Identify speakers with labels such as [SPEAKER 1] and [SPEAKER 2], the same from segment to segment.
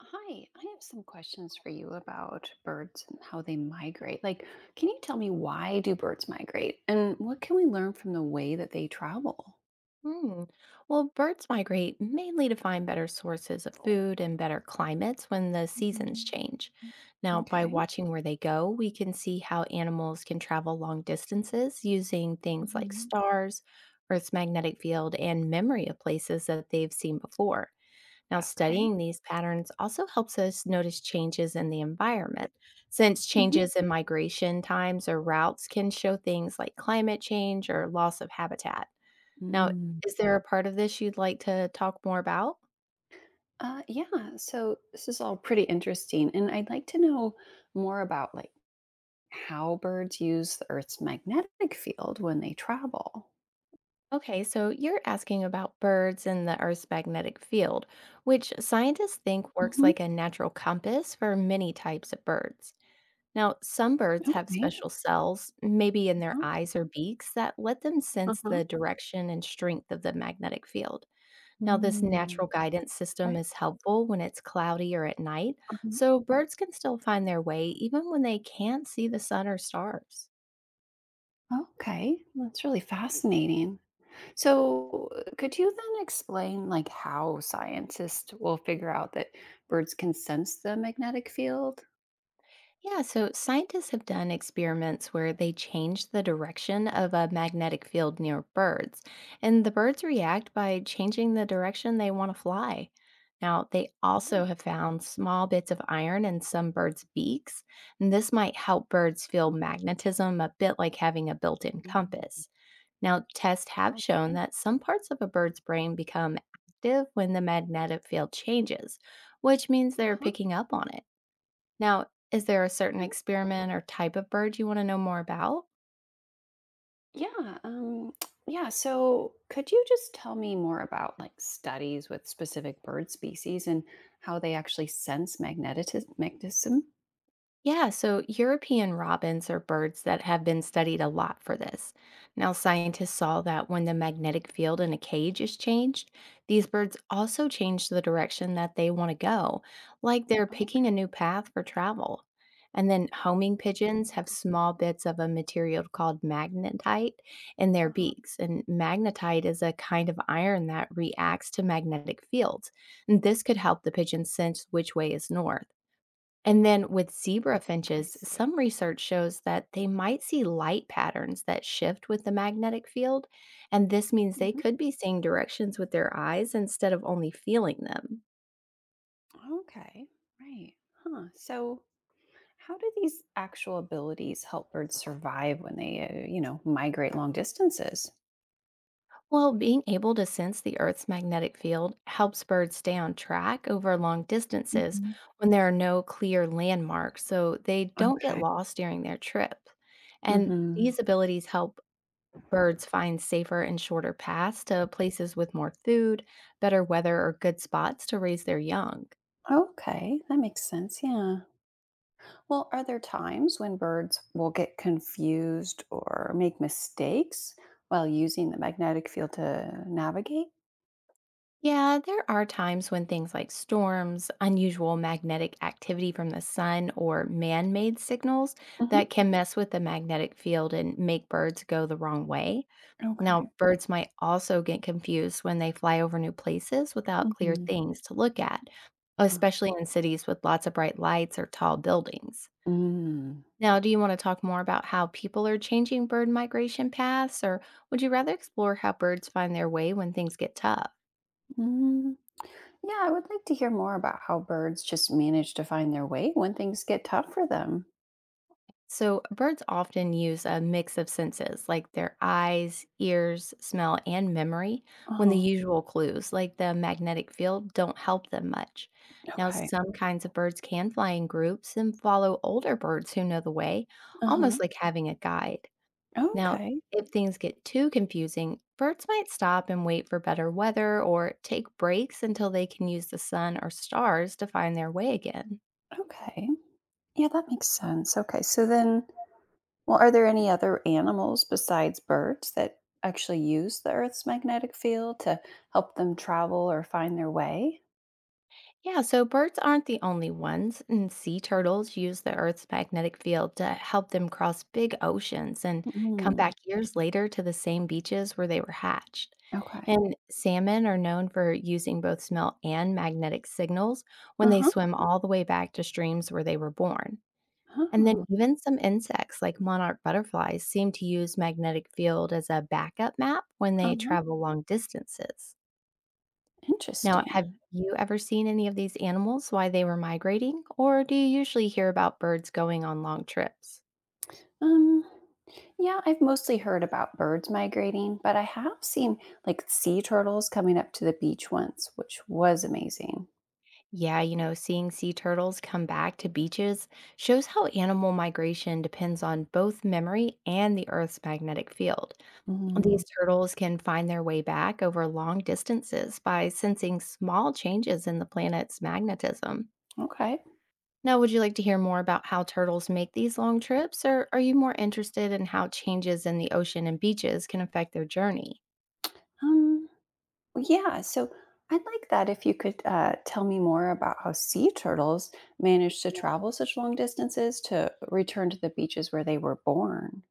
[SPEAKER 1] Hi, I
[SPEAKER 2] Oh,
[SPEAKER 1] have some
[SPEAKER 2] thanks for the
[SPEAKER 1] questions for you
[SPEAKER 2] questions for you.
[SPEAKER 1] about birds and how they migrate. Like, can you tell me why do birds migrate and what can we learn from the way that they travel?
[SPEAKER 2] Hmm. Well, birds migrate mainly to find better sources of food and better climates when the
[SPEAKER 1] Mhm.
[SPEAKER 2] seasons change. Now, by
[SPEAKER 1] Okay.
[SPEAKER 2] watching where they go, we can see how animals can travel long distances using things like
[SPEAKER 1] Mhm.
[SPEAKER 2] stars, Earth's magnetic field, and memory of places that they've seen before. Now,
[SPEAKER 1] Okay.
[SPEAKER 2] studying these patterns also helps us notice changes in the environment, since
[SPEAKER 1] Hmm.
[SPEAKER 2] changes in migration times or routes can show things like climate change or loss of habitat. Now,
[SPEAKER 1] Mm.
[SPEAKER 2] is there a part of this you'd like to talk more about?
[SPEAKER 1] Yeah, so this is all pretty interesting and I'd like to know more about how birds use the Earth's magnetic field when they travel.
[SPEAKER 2] Okay, so you're asking about birds and the Earth's magnetic field, which scientists think works
[SPEAKER 1] Mhm.
[SPEAKER 2] like a natural compass for many types of birds. Now, some birds have
[SPEAKER 1] Okay.
[SPEAKER 2] special cells, maybe in their
[SPEAKER 1] Uh-huh.
[SPEAKER 2] eyes or beaks, that let them sense
[SPEAKER 1] Uh-huh.
[SPEAKER 2] the direction and strength of the magnetic field. Now, this
[SPEAKER 1] Mm.
[SPEAKER 2] natural guidance system
[SPEAKER 1] Okay.
[SPEAKER 2] is helpful when it's cloudy or at night,
[SPEAKER 1] Uh-huh.
[SPEAKER 2] so birds can still find their way even when they can't see the sun or stars.
[SPEAKER 1] Okay, that's really fascinating. So, could you then explain how scientists will figure out that birds can sense the magnetic field?
[SPEAKER 2] Yeah, so scientists have done experiments where they change the direction of a magnetic field near birds, and the birds react by changing the direction they want to fly. Now, they also
[SPEAKER 1] Oh,
[SPEAKER 2] have found small bits of iron in some birds' beaks, and this might help birds feel
[SPEAKER 1] oh,
[SPEAKER 2] magnetism a bit like having a built in
[SPEAKER 1] mm,
[SPEAKER 2] compass. Now, tests have
[SPEAKER 1] oh,
[SPEAKER 2] shown
[SPEAKER 1] good.
[SPEAKER 2] that some parts of a bird's brain become active when the magnetic field changes, which means they're
[SPEAKER 1] Uh-huh.
[SPEAKER 2] picking up on it. Now, is there a certain
[SPEAKER 1] Okay.
[SPEAKER 2] experiment or type of bird you wanna know more about?
[SPEAKER 1] Yeah. Yeah. So could you just tell me more about studies with specific bird species and how they actually sense magnetism?
[SPEAKER 2] Yeah, so European robins are birds that have been studied a lot for this. Now, scientists saw that when the magnetic field in a cage is changed, these birds also change the direction that they want to go, like they're picking
[SPEAKER 1] Okay.
[SPEAKER 2] a new path for travel. And then homing pigeons have small bits of a material called magnetite in their
[SPEAKER 1] Uh-huh.
[SPEAKER 2] beaks. And magnetite is a kind of iron that reacts to magnetic fields. And this could help the pigeon sense which way is north. And then with zebra
[SPEAKER 1] I
[SPEAKER 2] finches,
[SPEAKER 1] see.
[SPEAKER 2] some research shows that they might see light patterns that shift with the magnetic field. And this means they
[SPEAKER 1] Hmm.
[SPEAKER 2] could be seeing directions with their eyes instead of only feeling them.
[SPEAKER 1] Okay. Right. Huh. So how do these actual abilities help birds survive when they, migrate long distances?
[SPEAKER 2] Well, being able to sense the Earth's magnetic field helps birds stay on track over long distances
[SPEAKER 1] Mhm.
[SPEAKER 2] when there are no clear landmarks, so they don't get
[SPEAKER 1] Okay.
[SPEAKER 2] lost during their trip. And
[SPEAKER 1] Hmm.
[SPEAKER 2] these abilities help birds find safer and shorter paths to places with more food, better weather, or good spots to raise their young.
[SPEAKER 1] Okay, that makes sense. Yeah. Well, are there times when birds will get confused or make mistakes while using the magnetic field to navigate?
[SPEAKER 2] Yeah, there are times when things like storms, unusual magnetic activity from the sun, or man made signals
[SPEAKER 1] Hmm.
[SPEAKER 2] that can mess with the magnetic field and make birds go the wrong way.
[SPEAKER 1] Okay.
[SPEAKER 2] Now, birds might also get confused when they fly over new places without clear
[SPEAKER 1] Mhm.
[SPEAKER 2] things to look at,
[SPEAKER 1] Huh.
[SPEAKER 2] especially in cities with lots of bright lights or tall buildings.
[SPEAKER 1] Mm.
[SPEAKER 2] Now, do you want to talk more about how people are changing bird migration paths, or would you rather explore how birds find their way when things get tough?
[SPEAKER 1] Mm. Yeah, I would like to hear more about how birds just manage to find their way when things get tough for them.
[SPEAKER 2] So, birds often use a mix of senses like their eyes, ears, smell, and memory
[SPEAKER 1] Uh
[SPEAKER 2] when the
[SPEAKER 1] huh.
[SPEAKER 2] usual clues, like the magnetic field, don't help them much. Now,
[SPEAKER 1] Okay.
[SPEAKER 2] some kinds of birds can fly in groups and follow older birds who know the way,
[SPEAKER 1] Uh
[SPEAKER 2] almost
[SPEAKER 1] huh.
[SPEAKER 2] like having a guide. Now,
[SPEAKER 1] Okay,
[SPEAKER 2] if things get too confusing, birds might stop and wait for better weather or take breaks until they can use the sun or stars to find their way again.
[SPEAKER 1] okay. Yeah, that makes sense. Okay, so then, are there any other animals besides birds that actually use the Earth's magnetic field to help them travel or find their way?
[SPEAKER 2] Yeah, so birds aren't the only ones, and sea turtles use the Earth's magnetic field to help them cross big oceans and come
[SPEAKER 1] Mm,
[SPEAKER 2] back years later to the same beaches where they were hatched.
[SPEAKER 1] okay.
[SPEAKER 2] And salmon are known for using both smell and magnetic signals when
[SPEAKER 1] Uh
[SPEAKER 2] they
[SPEAKER 1] huh.
[SPEAKER 2] swim all the way back to streams where they were born. And then
[SPEAKER 1] Oh,
[SPEAKER 2] even some insects like monarch butterflies seem to use magnetic field as a backup map when
[SPEAKER 1] uh
[SPEAKER 2] they
[SPEAKER 1] huh.
[SPEAKER 2] travel long distances. Now,
[SPEAKER 1] Interesting.
[SPEAKER 2] have you ever seen any of these animals why they were migrating, or do you usually hear about birds going on long trips?
[SPEAKER 1] Um, yeah, I've mostly heard about birds migrating, but I have seen sea turtles coming up to the beach once, which was amazing.
[SPEAKER 2] Yeah, you know, seeing sea turtles come back to beaches shows how animal migration depends on both memory and the Earth's magnetic field.
[SPEAKER 1] Mm,
[SPEAKER 2] These turtles can find their way back over long distances by sensing small changes in the planet's magnetism.
[SPEAKER 1] okay.
[SPEAKER 2] Now, would you like to hear more about how turtles make these long trips, or are you more interested in how changes in the ocean and beaches can affect their journey?
[SPEAKER 1] Um, yeah, so I'd like that if you could tell me more about how sea turtles manage to travel such long distances to return to the beaches where they were born.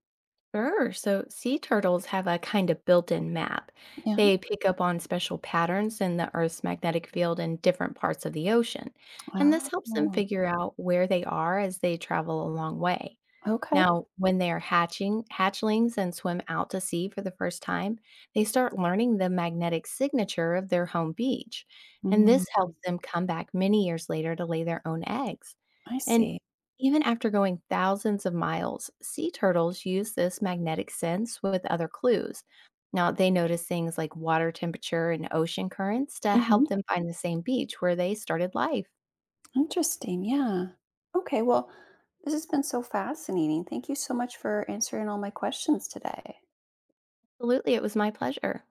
[SPEAKER 2] Sure. So, sea turtles have a kind of built in map.
[SPEAKER 1] Yeah.
[SPEAKER 2] They pick up on special patterns in the Earth's magnetic field in different parts of the ocean, and this helps them
[SPEAKER 1] Oh,
[SPEAKER 2] figure out where they are as they travel a long way.
[SPEAKER 1] okay.
[SPEAKER 2] Now, when they are hatching hatchlings and swim out to sea for the first time, they start learning the magnetic signature of their home beach, and
[SPEAKER 1] Mm,
[SPEAKER 2] this helps them come back many years later to lay their own eggs.
[SPEAKER 1] I
[SPEAKER 2] And
[SPEAKER 1] see.
[SPEAKER 2] even after going thousands of miles, sea turtles use this magnetic sense with other clues. Now, they notice things like water temperature and ocean currents to
[SPEAKER 1] Hmm.
[SPEAKER 2] help them find the same beach where they started life.
[SPEAKER 1] Interesting. Yeah. Okay. Well, this has been so fascinating. Thank you so much for answering all my questions today.
[SPEAKER 2] Absolutely, it was my pleasure.